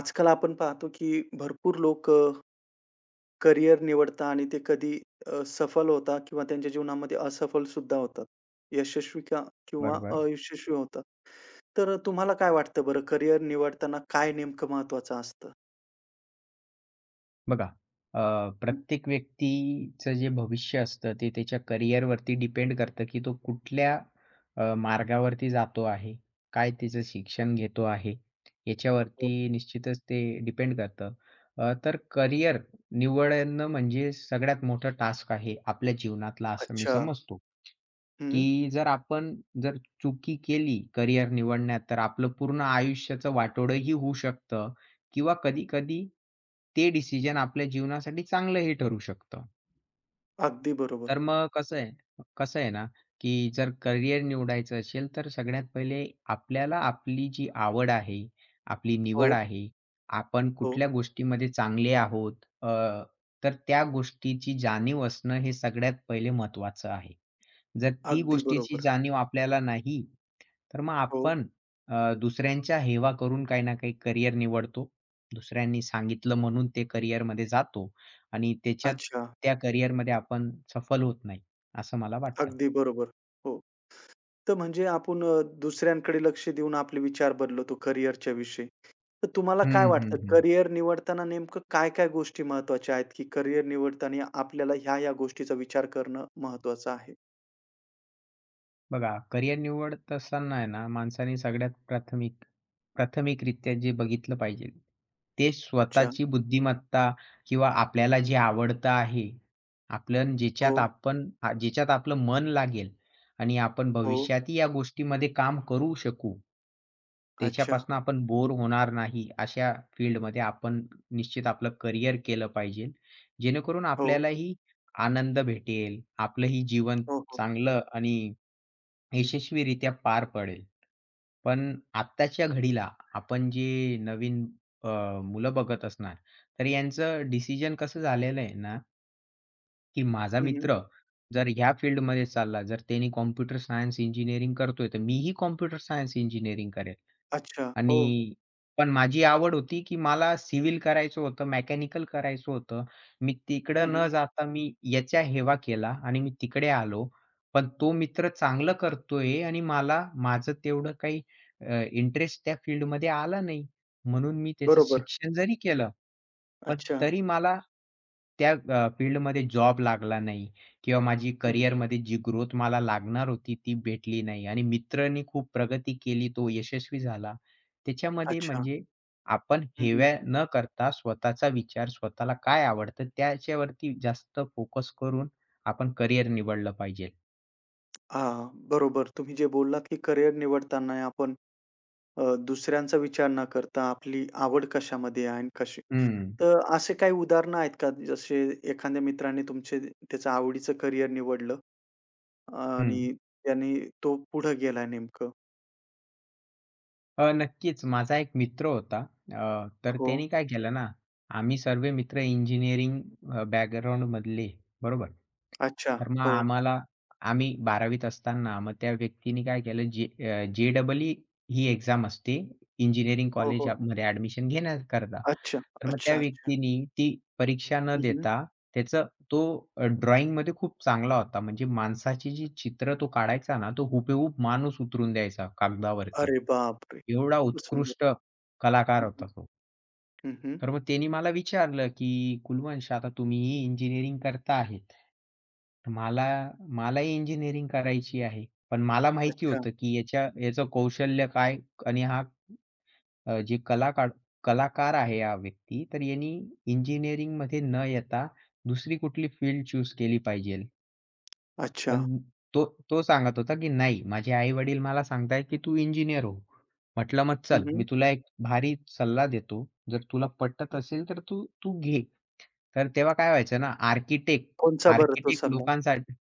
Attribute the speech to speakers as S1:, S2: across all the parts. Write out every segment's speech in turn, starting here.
S1: आजकाल आपण पाहतो, की भरपूर लोक करियर निवडतात आणि ते कधी सफल होतात किंवा त्यांच्या जीवनामध्ये असफल सुद्धा होतात. यशस्वी का किंवा
S2: बरोबर.
S1: अयशस्वी होतात. तर तुम्हाला काय वाटतं बरं करियर निवडताना काय नेमकं महत्त्वाचं असतं?
S2: बघा अ,
S1: हं.
S2: प्रत्येक व्यक्तीचं जे भविष्य असतं ते त्याच्या करिअरवरती डिपेंड करतं, की तो कुठल्या मार्गावरती जातो आहे, काय त्याचं शिक्षण घेतो आहे,
S1: हो.
S2: याच्यावरती निश्चितच ते डिपेंड करतं. तर करिअर निवडणं म्हणजे सगळ्यात मोठं टास्क आहे आपल्या जीवनातला असं मी
S1: अच्छा.
S2: समजतो.
S1: हं.
S2: की जर चुकी केली करियर निवडण्यात, तर आपलं पूर्ण आयुष्याचं वाटोळंही होऊ शकतं किंवा कधी-कधी ते डिसिजन आपल्या जीवनासाठी चांगलंही ठरू शकतं.
S1: अगदी बरोबर.
S2: तर मग कसं आहे कसं आहे ना, की जर करियर निवडायचं असेल, तर सगळ्यात पहिले आपल्याला आपली जी आवड आहे, आपली
S1: हो,
S2: निवड आहे, आपण
S1: हो.
S2: कुठल्या गोष्टीमध्ये चांगले आहोत, अ, तर त्या गोष्टीची जाणीव असणं हे सगळ्यात पहिले महत्त्वाचं आहे. जर ती
S1: अगदी
S2: गोष्टीची
S1: बरोबर.
S2: जाणीव आपल्याला नाही, तर मग
S1: हो.
S2: आपण दुसऱ्यांच्या हेवा करून काही ना काही करियर निवडतो. दुसऱ्यांनी सांगितलं म्हणून ते करियरमध्ये जातो. आणि
S1: अच्छा.
S2: त्या करिअरमध्ये आपण सफल होत नाही, असं मला वाटतं.
S1: अगदी बरोबर. हो. तर म्हणजे आपण दुसऱ्यांकडे लक्ष देऊन आपले विचार बदलवतो करियरच्या विषयी. तर तुम्हाला काय
S2: हं, हं,
S1: वाटतं
S2: हं.
S1: करियर निवडताना नेमकं काय-काय गोष्टी महत्त्वाच्या आहेत, की करियर निवडताना आपल्याला ह्या-ह्या गोष्टीचा विचार करणं महत्त्वाचं आहे?
S2: बघा, करियर निवडत असताना आहे ना, माणसाने सगळ्यात प्राथमिकरित्या जे बघितलं पाहिजे, ते
S1: अच्छा.
S2: स्वतःची बुद्धिमत्ता किंवा आपल्याला जे आवडतं आहे, आपलं
S1: हो,
S2: ज्याच्यात आपलं मन लागेल आणि आपण
S1: हो.
S2: भविष्यातही या गोष्टीमध्ये काम करू शकू.
S1: अच्छा.
S2: त्याच्यापासून आपण बोर होणार नाही, अशा फील्डमध्ये आपण निश्चित आपलं करियर केलं पाहिजे. जेणेकरून
S1: हो.
S2: आपल्यालाही आनंद भेटेल, आपलंही जीवन
S1: हो, हो.
S2: चांगलं आणि यशस्वीरित्या पार पडेल. पण आत्ताच्या घडीला आपण जे नवीन अ, मुलं बघत असणार, तर यांचं डिसिजन कसं झालेलं आहे ना, की माझा
S1: हं, हं.
S2: मित्र जर ह्या फील्डमध्ये चालला, जर त्याने कॉम्प्युटर सायन्स इंजिनिअरिंग करतोय, तर मीही कॉम्प्युटर सायन्स इंजिनिअरिंग करेल.
S1: अच्छा. हो.
S2: आणि पण माझी आवड होती, की मला सिव्हिल करायचं होतं, मेकॅनिकल करायचं होतं. मी
S1: हं,
S2: तिकडं
S1: हं.
S2: न जाता मी याचा हेवा केला आणि मी तिकडे आलो. पण तो मित्र चांगलं करतोय आणि मला माझं तेवढं काही इंटरेस्ट त्या फील्डमध्ये आला नाही. म्हणून मी त्याचं
S1: बरोबर.
S2: शिक्षण जरी केलं, पण
S1: अच्छा.
S2: तरी मला त्या फील्डमध्ये जॉब लागला नाही किंवा माझी
S1: हं, हं.
S2: करिअरमध्ये जी ग्रोथ मला लागणार होती ती भेटली नाही आणि मित्रांनी खूप प्रगती केली, तो यशस्वी झाला. त्याच्यामध्ये
S1: अच्छा.
S2: म्हणजे आपण
S1: हं, हं.
S2: हेवा न करता स्वतःचा विचार, स्वतःला काय आवडतं त्याच्यावरती जास्त फोकस करून आपण करिअर निवडलं पाहिजे.
S1: हां, बरोबर. तुम्ही जे बोललात, की करियर निवडताना आपण अ, दुसऱ्यांचा विचार न करता आपली आवड कशामध्ये आहे आणि कशी
S2: हं,
S1: तर असे काही उदाहरणं आहेत का, जसे एखाद्या मित्राने तुमचे त्याचं आवडीचं करियर निवडलं?
S2: हं.
S1: आणि त्याने तो पुढे गेला नेमकं.
S2: नक्कीच. माझा एक मित्र होता. तर
S1: हो.
S2: त्याने काय केलं ना, आम्ही सर्व मित्र बॅकग्राऊंडमधले, बरोबर.
S1: अच्छा.
S2: तर मग
S1: हो.
S2: आम्हाला आम्ही 12वीत असताना मग त्या व्यक्तीने काय केलं, जे जे-ई-ई ही एक्झाम असते इंजिनिअरिंग
S1: हो, हो.
S2: कॉलेजमध्ये ॲडमिशन घेण्याकरता.
S1: अच्छा,
S2: तर मग त्या
S1: अच्छा, अच्छा.
S2: व्यक्तीने ती परीक्षा न
S1: हं, हं.
S2: देता त्याचं तो ड्रॉइंगमध्ये खूप चांगला होता. म्हणजे माणसाची जी चित्र तो काढायचा ना, तो हुबेहूब माणूस उतरून द्यायचा कागदावरती.
S1: अरे बापरे!
S2: एवढा
S1: खूपच सुंदर.
S2: उत्कृष्ट
S1: हं,
S2: कलाकार
S1: हं.
S2: होता तो.
S1: हं, हं.
S2: तर मग त्यांनी मला विचारलं, की "कुलवंश आता तुम्हीही इंजिनिअरिंग करता आहेत. तर मला मलाही इंजिनिअरिंग करायची आहे. पण मला माहिती
S1: अच्छा,
S2: होतं, की याच्या याचं कौशल्य काय आणि हा अ, जे कलाकार कलाकार आहे हा व्यक्ती, तर यांनी इंजिनिअरिंगमध्ये न येता दुसरी कुठली फील्ड चूज केली पाहिजे."
S1: अच्छा.
S2: पण तो तो सांगत होता, की "नाही, माझे आई-वडील मला सांगतायत, की तू इंजिनिअर हो." म्हटलं, "मग
S1: हं,
S2: चल,
S1: हं.
S2: मी तुला एक भारी सल्ला देतो. जर तुला पटत असेल, तर तू तू घे." तर तेव्हा काय व्हायचं ना, आर्किटेक्ट
S1: कोणचा बरं तो
S2: आर्किटेक्ट
S1: सल्ला?
S2: लोकांसाठी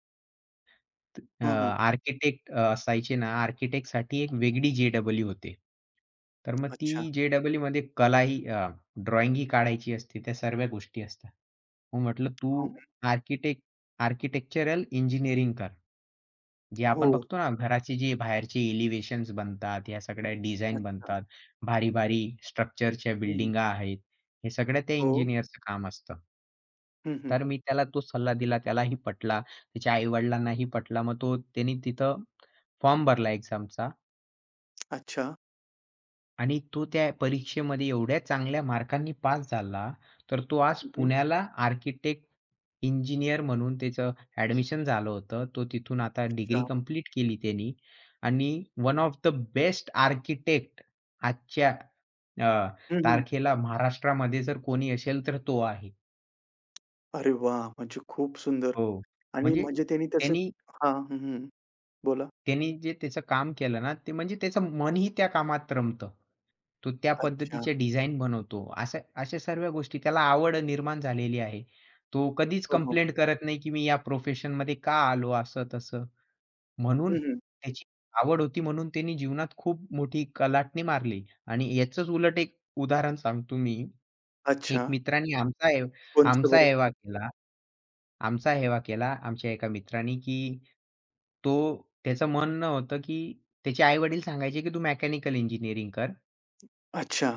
S2: अ,
S1: हं, हं.
S2: असायचे ना, आर्किटेक्टसाठी एक वेगळी जे डबल होते. तर मग ती
S1: अच्छा.
S2: जे-डबल-ईमध्ये ड्रॉइंगही काढायची असते, त्या सर्व गोष्टी असतात. मग म्हटलं, "तू
S1: हं, हं.
S2: आर्किटेक्ट आर्किटेक्चरल इंजिनिअरिंग कर." जे
S1: हो.
S2: आपण बघतो ना घराची जी बाहेरची एलिव्हेशन्स बनतात, ह्या सगळ्या डिझाईन
S1: अच्छा.
S2: बनतात, भारी-भारी स्ट्रक्चरच्या
S1: हं, हं.
S2: बिल्डिंगा आहेत. हे सगळं ते
S1: हो.
S2: इंजिनिअरचं काम असतं.
S1: हं, हं.
S2: तर मी त्याला तो सल्ला दिला, त्यालाही पटला. त्याच्या आई-वडिलांनाही पटला. मग त्यानी तिथं फॉर्म भरला एक्झामचा
S1: अच्छा.
S2: आणि तो त्या परीक्षेमध्ये एवढ्या चांगल्या मार्कांनी पास झाला, तर तो आज
S1: हं, हं.
S2: पुण्याला आर्किटेक्ट इंजिनियर म्हणून त्याचं ॲडमिशन झालं होतं. तो तिथून आता डिग्री
S1: अच्छा.
S2: कंप्लीट केली त्यानी आणि one of the best architect आजच्या अ,
S1: हं, हं.
S2: तारखेला महाराष्ट्रामध्ये जर कोणी असेल तर तो आहे.
S1: अरे वाह! म्हणजे खूप सुंदर
S2: हो.
S1: आणि
S2: म्हणजे
S1: म्हणजे त्यांनी त्याचं
S2: त्यांनी
S1: हां. हं, हं. बोला.
S2: त्यांनी जे त्याचं काम केलं ना, ते म्हणजे त्याचं मनही त्या कामात रमतं. तो त्या
S1: अच्छा.
S2: पद्धतीचे डिझाइन बनवतो. अशा अशा सर्व गोष्टी त्याला आवड निर्माण झालेली आहे. तो कधीच
S1: हो, हो.
S2: कंप्लेंट करत नाही, की मी या प्रोफेशनमध्ये का आलो असं-तसं. म्हणून
S1: हं, हं.
S2: त्याची आवड होती म्हणून त्यांनी जीवनात खूप मोठी कलाटणी मारली आणि याचंच उलट एक उदाहरण सांगतो मी. एक
S1: अच्छा.
S2: मित्राने आमचा ए
S1: कोणचं
S2: आमचा
S1: बरं?
S2: एवा केला. आमचा हेवा केला आमच्या एका मित्राने, की त्याचं म्हणणं होतं, की त्याचे आई-वडील सांगायचे, की "तू मेकॅनिकल इंजिनिअरिंग कर."
S1: अच्छा.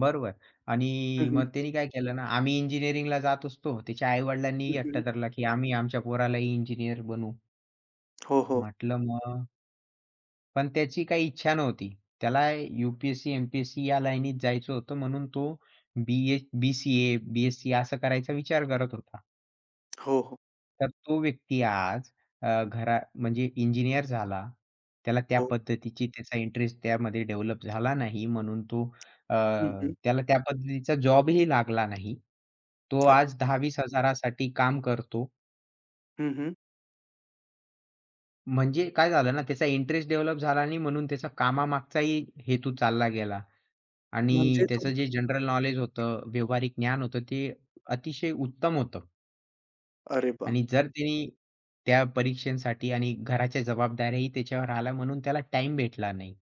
S2: बरोबर. आणि
S1: हं, हं.
S2: मग त्यांनी काय केलं ना, आम्ही इंजिनिअरिंगला जात असतो. त्याच्या आई-वडिलांनीही
S1: हं,
S2: हट्ट
S1: हं.
S2: धरला, की "आम्ही आमच्या पोरालाही इंजिनिअर बनवू."
S1: हो, हो.
S2: म्हटलं, "मग?" पण त्याची काही इच्छा नव्हती. त्याला यू पी या लाईनीत जायचं होतं म्हणून तो बी-ए बी-सी-ए, बी-एस-सी असं करायचा विचार करत होता.
S1: हो, हो.
S2: तर तो व्यक्ती आज अ, घरा म्हणजे इंजिनिअर झाला. त्याला त्या
S1: हो.
S2: पद्धतीची त्याचा इंटरेस्ट त्यामध्ये डेव्हलप झाला नाही म्हणून अ,
S1: हं, हं.
S2: त्याला त्या पद्धतीचा जॉबही लागला नाही. तो आज
S1: अच्छा.
S2: 10-20 हजारासाठी काम करतो.
S1: हं, हं.
S2: म्हणजे काय झालं ना त्याचा इंटरेस्ट डेव्हलप झाला नाही म्हणून त्याचा कामामागचाही हेतू चालला गेला
S1: म्हणजे
S2: आणि
S1: तुम
S2: त्याचं जे जनरल नॉलेज होतं, व्यावहारिक ज्ञान होतं ते अतिशय उत्तम होतं.
S1: अरे वाह!
S2: आणि जर त्यांनी त्या परीक्षेसाठी आणि घराच्या जबाबदाऱ्याही त्याच्यावर आल्या म्हणून त्याला टाईम भेटला नाही.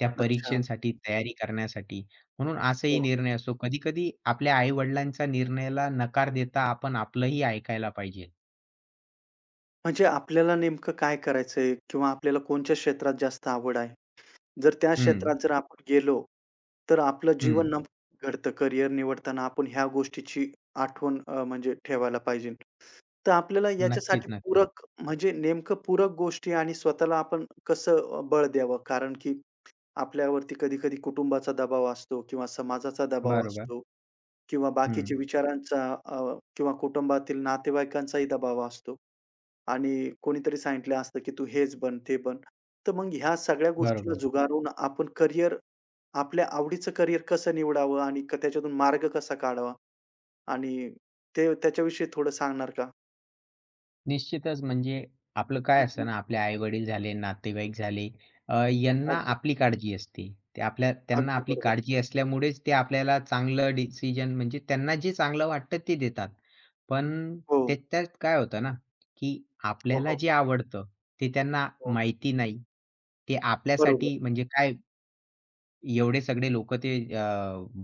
S2: त्या
S1: अच्छा.
S2: परीक्षेसाठी तयारी करण्यासाठी. म्हणून असाही
S1: हो.
S2: निर्णय असतो. कधी-कधी आपल्या आई-वडिलांच्या निर्णयाला नकार देता आपण आपलंही ऐकायला पाहिजे.
S1: म्हणजे आपल्याला नेमकं काय करायचंय किंवा आपल्याला कोणत्या क्षेत्रात जास्त आवड आहे? जर त्या
S2: हं,
S1: क्षेत्रात जर आपण गेलो, तर आपलं जीवन
S2: हं.
S1: न घडतं. करियर निवडताना आपण ह्या गोष्टीची आठवण म्हणजे ठेवायला पाहिजे. तर आपल्याला
S2: नक्कीच,
S1: याच्यासाठी
S2: नक्कीच.
S1: पूरक म्हणजे नेमकं पूरक गोष्टी आणि स्वतःला आपण कसं बळ द्यावं? कारण की आपल्यावरती कधी-कधी कुटुंबाचा दबाव असतो किंवा समाजाचा दबाव हो.
S2: बरोबर.
S1: असतो किंवा
S2: हं,
S1: बाकीच्या विचारांचा किंवा कुटुंबातील नातेवाईकांचाही दबाव असतो आणि कोणीतरी सांगितलं असतं, की "तू हेच बन, ते बन." तर मग ह्या सगळ्या गोष्टीला
S2: बरोबर.
S1: जुगारून आपण करियर आपल्या आवडीचं करियर कसं निवडावं आणि क त्याच्यातून मार्ग कसा काढावा? आणि ते त्याच्याविषयी थोडं सांगणार का?
S2: निश्चितच. म्हणजे आपलं
S1: हं,
S2: काय असतं
S1: हं.
S2: ना, आपले आई-वडील झाले, नातेवाईक झाले, यांना
S1: अगदी,
S2: आपली काळजी असते. ते आपल्या त्यांना
S1: अगदी
S2: आपली
S1: बरोबर.
S2: काळजी असल्यामुळेच ते आपल्याला चांगलं डिसिजन म्हणजे त्यांना जे चांगलं वाटतं ते देतात. पण
S1: हो,
S2: त्याच्यात काय होतं ना, की
S1: हो,
S2: आपल्याला
S1: हो,
S2: जे आवडतं ते त्यांना
S1: हो.
S2: माहिती नाही. ते
S1: बरोबर.
S2: आपल्यासाठी म्हणजे काय एवढे सगळे लोकं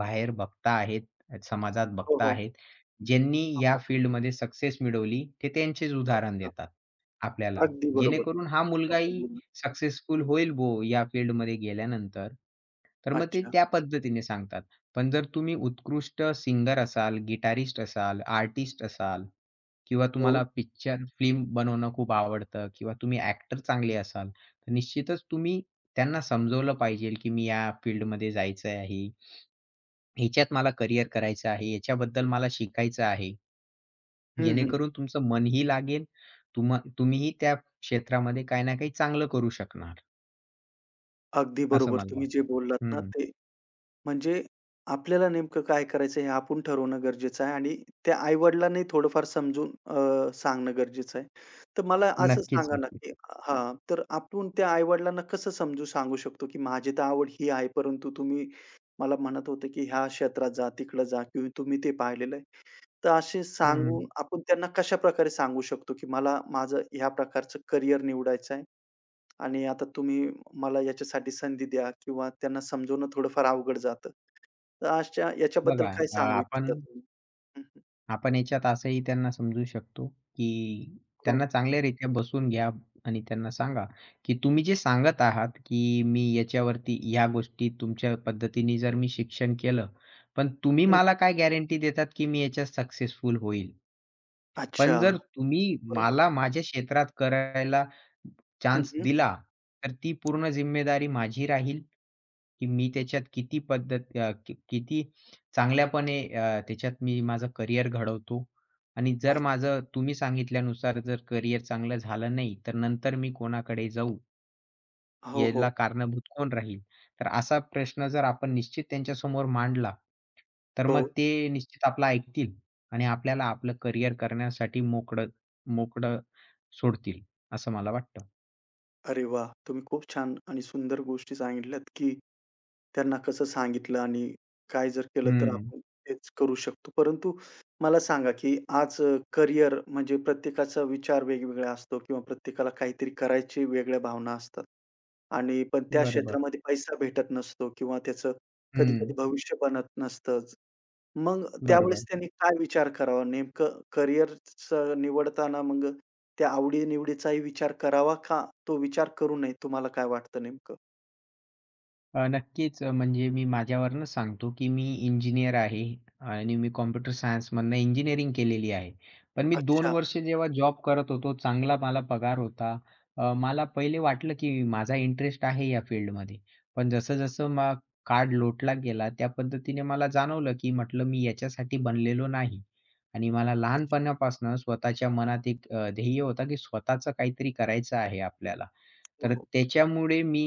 S2: बाहेर बघता आहेत, समाजात
S1: हो,
S2: बघता
S1: हो.
S2: आहेत. ज्यांनी
S1: हो,
S2: या
S1: हो.
S2: फील्डमध्ये सक्सेस मिळवली, ते त्यांचेच उदाहरण
S1: अच्छा.
S2: देतात आपल्याला.
S1: अगदी बरोबर.
S2: जेणेकरून हा
S1: प्रॉपर
S2: मुलगाही
S1: बोलणं.
S2: सक्सेसफुल
S1: हं.
S2: होईल बुवा या फील्डमध्ये गेल्यानंतर. तर मग ते
S1: अच्छा.
S2: त्या पद्धतीने सांगतात. पण जर तुम्ही उत्कृष्ट सिंगर असाल, गिटारिस्ट असाल, आर्टिस्ट असाल किंवा
S1: हो.
S2: तुम्हाला पिक्चर, फिल्म बनवणं खूप आवडतं किंवा तुम्ही ॲक्टर चांगले असाल तर निश्चितच तुम्ही त्यांना समजवलं पाहिजे, की मी या फील्डमध्ये जायचं आहे. ह्याच्यात मला करियर करायचं आहे. याच्याबद्दल मला शिकायचं आहे.
S1: हं, हं.
S2: जेणेकरून तुमचं मनही लागेल. तुम्हीही त्या क्षेत्रामध्ये काही ना काही चांगलं करू शकणार,
S1: अगदी
S2: असं
S1: बरोबर.
S2: मला
S1: तुम्ही
S2: वाटतं.
S1: जे बोललात ना,
S2: हं.
S1: ते म्हणजे आपल्याला नेमकं काय करायचं हे आपण ठरवणं गरजेचं आहे आणि त्या आई-वडिलांनी थोडंफार समजून सांगणं गरजेचं आहे. तर मला असं
S2: नक्कीच,
S1: सांगा ना,
S2: नक्कीच.
S1: की हां, तर आपण त्या आई-वडिलांना कसं समजून सांगू शकतो, की माझी तर आवड ही आहे, परंतु तुम्ही मला म्हणत होते, की ह्या क्षेत्रात जा, तिकडं जा किंवा तुम्ही ते पाहिलेलं आहे. तर असे
S2: हं.
S1: सांगून आपण त्यांना कशाप्रकारे सांगू शकतो, की मला माझं ह्या प्रकारचं करियर निवडायचं आहे? आणि आता तुम्ही मला याच्यासाठी संधी द्या किंवा त्यांना समजवणं थोडंफार अवघड जातं. तर अशा याच्याबद्दल
S2: बघा
S1: काय
S2: अ,
S1: सांगू
S2: आपण
S1: इच्छिता तुम्ही? हं, हं.
S2: आपण याच्यात असंही त्यांना समजू शकतो, की
S1: हो.
S2: त्यांना चांगल्यारीत्या बसून घ्या आणि त्यांना सांगा, की तुम्ही जे सांगत आहात, की मी याच्यावरती या गोष्टी तुमच्या पद्धतीने जर मी शिक्षण केलं, पण तुम्ही
S1: हं.
S2: मला काय गॅरंटी देतात, की मी याच्यात सक्सेसफुल होईल? पण
S1: अच्छा.
S2: जर तुम्ही
S1: बरोबर.
S2: मला माझ्या क्षेत्रात करायला
S1: हं,
S2: चान्स
S1: हं.
S2: दिला, तर ती पूर्ण जिम्मेदारी माझी राहील, की मी त्याच्यात किती चांगल्यापणे त्याच्यात मी माझं करियर घडवतो आणि जर
S1: अच्छा.
S2: माझं तुम्ही सांगितल्यानुसार जर करियर चांगलं झालं नाही, तर नंतर मी कोणाकडे जाऊ?
S1: हो, हो.
S2: याला कारणीभूत कोण राहील? तर असा प्रश्न जर आपण निश्चित त्यांच्यासमोर मांडला, तर
S1: हो.
S2: मग ते निश्चित आपलं ऐकतील आणि आपल्याला आपलं करियर करण्यासाठी मोकळं मोकळं सोडतील, असं मला वाटतं.
S1: अरे वाह! तुम्ही खूप छान आणि सुंदर गोष्टी सांगितल्यात, की त्यांना कसं सांगितलं आणि काय जर केलं तर
S2: हं.
S1: आपण तेच करू शकतो. परंतु मला सांगा, की आज करिअर म्हणजे प्रत्येकाचा विचार वेगवेगळा असतो किंवा प्रत्येकाला काहीतरी करायची वेगळ्या भावना असतात. आणि पण त्या
S2: बरोबर.
S1: क्षेत्रामध्ये पैसा भेटत नसतो किंवा त्याचं कधी-कधी
S2: हं,
S1: भविष्य बनत नसतं. मग त्यावेळेस
S2: बरोबर.
S1: त्यांनी काय विचार करावा? नेमकं करिअरचं निवडताना मग त्या आवडी-निवडीचाही विचार करावा का तो विचार करू नये? तुम्हाला काय वाटतं नेमकं?
S2: नक्कीच, म्हणजे मी माझ्यावरूनच सांगतो, की मी इंजिनिअर आहे आणि मी कॉम्प्युटर सायन्समधनं इंजिनिअरिंग केलेली आहे. पण मी 2
S1: अच्छा,
S2: वर्ष जेव्हा जॉब करत होतो, चांगला मला पगार होता. मला पहिले वाटलं, की माझा इंटरेस्ट आहे या फील्डमध्ये. पण जसं-जसं मग काळ लोटला गेला, त्या पद्धतीने मला जाणवलं, की म्हटलं मी याच्यासाठी बनलेलो नाही. आणि मला
S1: अच्छा.
S2: लहानपणापासून स्वतःच्या मनात एक ध्येय होता, की स्वतःचं काहीतरी करायचं आहे आपल्याला.
S1: हो,
S2: तर
S1: हो.
S2: त्याच्यामुळे मी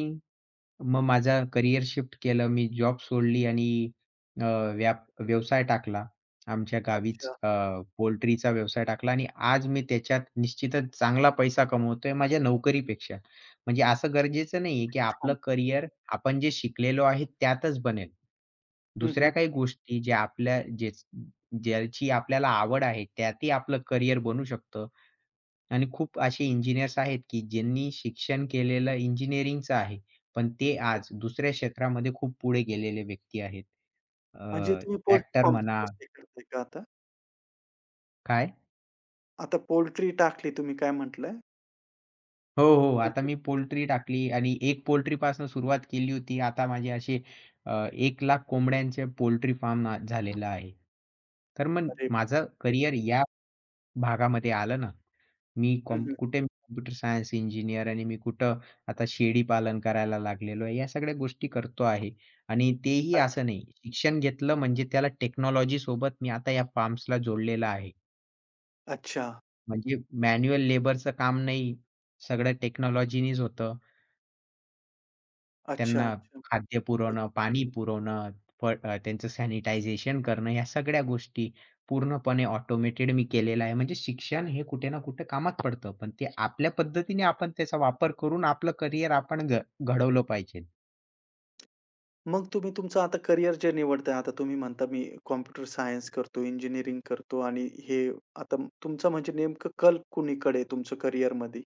S2: मग माझा करियर शिफ्ट केलं. मी जॉब सोडली आणि अ, व्याप व्यवसाय टाकला. आमच्या गावीच
S1: अच्छा.
S2: अ, पोल्ट्रीचा व्यवसाय टाकला आणि आज मी त्याच्यात निश्चितच चांगला पैसा कमवतोय माझ्या नोकरीपेक्षा. म्हणजे असं गरजेचं नाहीये, की आपलं
S1: फॉर्म.
S2: करियर आपण जे शिकलेलो आहे त्यातच बनेल.
S1: हं, हं.
S2: दुसऱ्या काही गोष्टी ज्या आपल्या जे ज्याची आपल्याला आवड आहे त्यातही आपलं करियर बनू शकतं. आणि खूप असे इंजिनिअर्स आहेत, की ज्यांनी शिक्षण केलेलं इंजिनिअरिंगचं आहे. पण ते
S1: हो.
S2: आज दुसऱ्या क्षेत्रामध्ये खूप पुढे गेलेले व्यक्ती आहेत.
S1: म्हणजे
S2: अ,
S1: तुम्ही पोल्ट्री
S2: ॲक्टर
S1: फार्मची
S2: म्हणा
S1: प्रोसेस करताय का आता?
S2: काय?
S1: आता पोल्ट्री टाकली तुम्ही काय म्हटलंय?
S2: हो, हो. आता
S1: पोल्ट्री
S2: मी पोल्ट्री टाकली आणि एक पोल्ट्रीपासून सुरुवात केली होती. आता माझे असे 1,00,000 कोंबड्यांचे पोल्ट्री फार्म झालेला आहे. तर मग
S1: अरे
S2: माझं
S1: बापरे!
S2: करियर या भागामध्ये आलं ना. मी
S1: हं,
S2: कॉम्प
S1: हं.
S2: कुठे कॉम्प्युटर सायन्स इंजिनियर आणि मी कुठं आता शेळी पालन करायला लागलेलो आहे. या सगळ्या गोष्टी करतो आहे आणि तेही असं नाही. शिक्षण घेतलं म्हणजे त्याला टेक्नॉलॉजी सोबत मी आता या फार्म्सला जोडलेलं आहे.
S1: अच्छा,
S2: म्हणजे मॅन्युअल लेबरचं काम नाही, सगळं टेक्नॉलॉजीनीच होतं.
S1: अच्छा,
S2: त्यांना
S1: अच्छा.
S2: खाद्य पुरवणं, पाणी पुरवणं, त्यांचं सॅनिटायझेशन करणं, ह्या सगळ्या गोष्टी पूर्णपणे ऑटोमेटेड मी केलेलं आहे. म्हणजे शिक्षण हे कुठे ना कुठे कामात पडतं. पण ते आपल्या पद्धतीने आपण त्याचा वापर करून आपलं करियर आपण घडवलं पाहिजे.
S1: मग तुम्ही तुमचं आता करियर जे निवडताय, आता तुम्ही म्हणता मी कॉम्प्युटर सायन्स करतो, इंजिनिअरिंग करतो आणि हे आता तुमचं म्हणजे नेमकं कल कुणीकडे आहे तुमचं करियरमध्ये?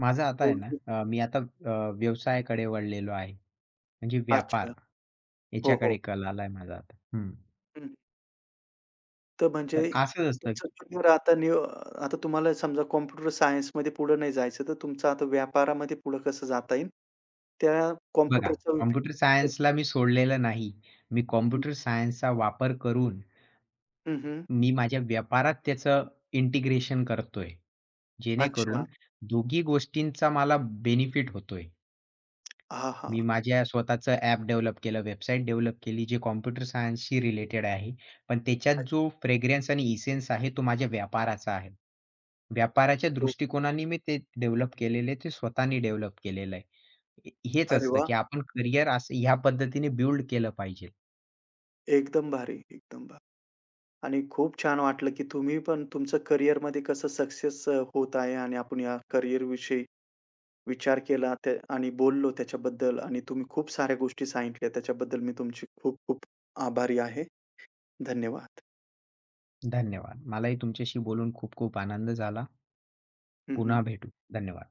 S2: माझं आता आहे ना,
S1: ओके.
S2: अ, मी आता अ, व्यवसायाकडे वळलेलो आहे. म्हणजे व्यापार
S1: अच्छा. हो, हो.
S2: याच्याकडे कल आलाय माझा आता. हं.
S1: हं. तर म्हणजे
S2: तर असंच असतं
S1: तुमचं
S2: की
S1: करियर आता नि आता तुम्हाला समजा कॉम्प्युटर सायन्समध्ये पुढे नाही जायचं, तर तुमचं आता व्यापारामध्ये पुढे कसं जाता येईल? त्या
S2: बघा,
S1: कॉम्प्युटरचा उपयोग
S2: कॉम्प्युटर सायन्सला मी सोडलेलं नाही. मी कॉम्प्युटर सायन्सचा वापर करून
S1: हं, हं.
S2: मी माझ्या व्यापारात त्याचं इंटिग्रेशन करतोय. जेणेकरून
S1: अच्छा.
S2: दोघी गोष्टींचा मला बेनिफिट होतोय.
S1: हां, हां.
S2: मी माझ्या स्वतःचं ॲप डेव्हलप केलं, वेबसाईट डेव्हलप केली, जे कॉम्प्युटर सायन्सशी रिलेटेड आहे. पण त्याच्यात
S1: अच्छा.
S2: जो फ्रेग्रन्स आणि इसेन्स आहे, तो माझ्या व्यापाराचा आहे. व्यापाराच्या
S1: हो.
S2: दृष्टिकोनाने मी ते डेव्हलप केलेलं आहे, ते स्वतःनी डेव्हलप केलेलं आहे. हे हेच
S1: अरे
S2: असतं,
S1: वाह!
S2: की आपण करियर असं ह्या पद्धतीने बिल्ड केलं पाहिजे.
S1: एकदम भारी, एकदम भारी. आणि खूप छान वाटलं, की तुम्ही पण तुमचं करिअरमध्ये कसं सक्सेस होत आहे आणि आपण या करिअरविषयी विचार केला त्या आणि बोललो त्याच्याबद्दल आणि तुम्ही खूप साऱ्या गोष्टी सांगितल्या त्याच्याबद्दल मी तुमची खूप खूप आभारी आहे. धन्यवाद.
S2: धन्यवाद. मलाही तुमच्याशी बोलून खूप खूप आनंद झाला.
S1: हं, हं.
S2: पुन्हा भेटू. धन्यवाद.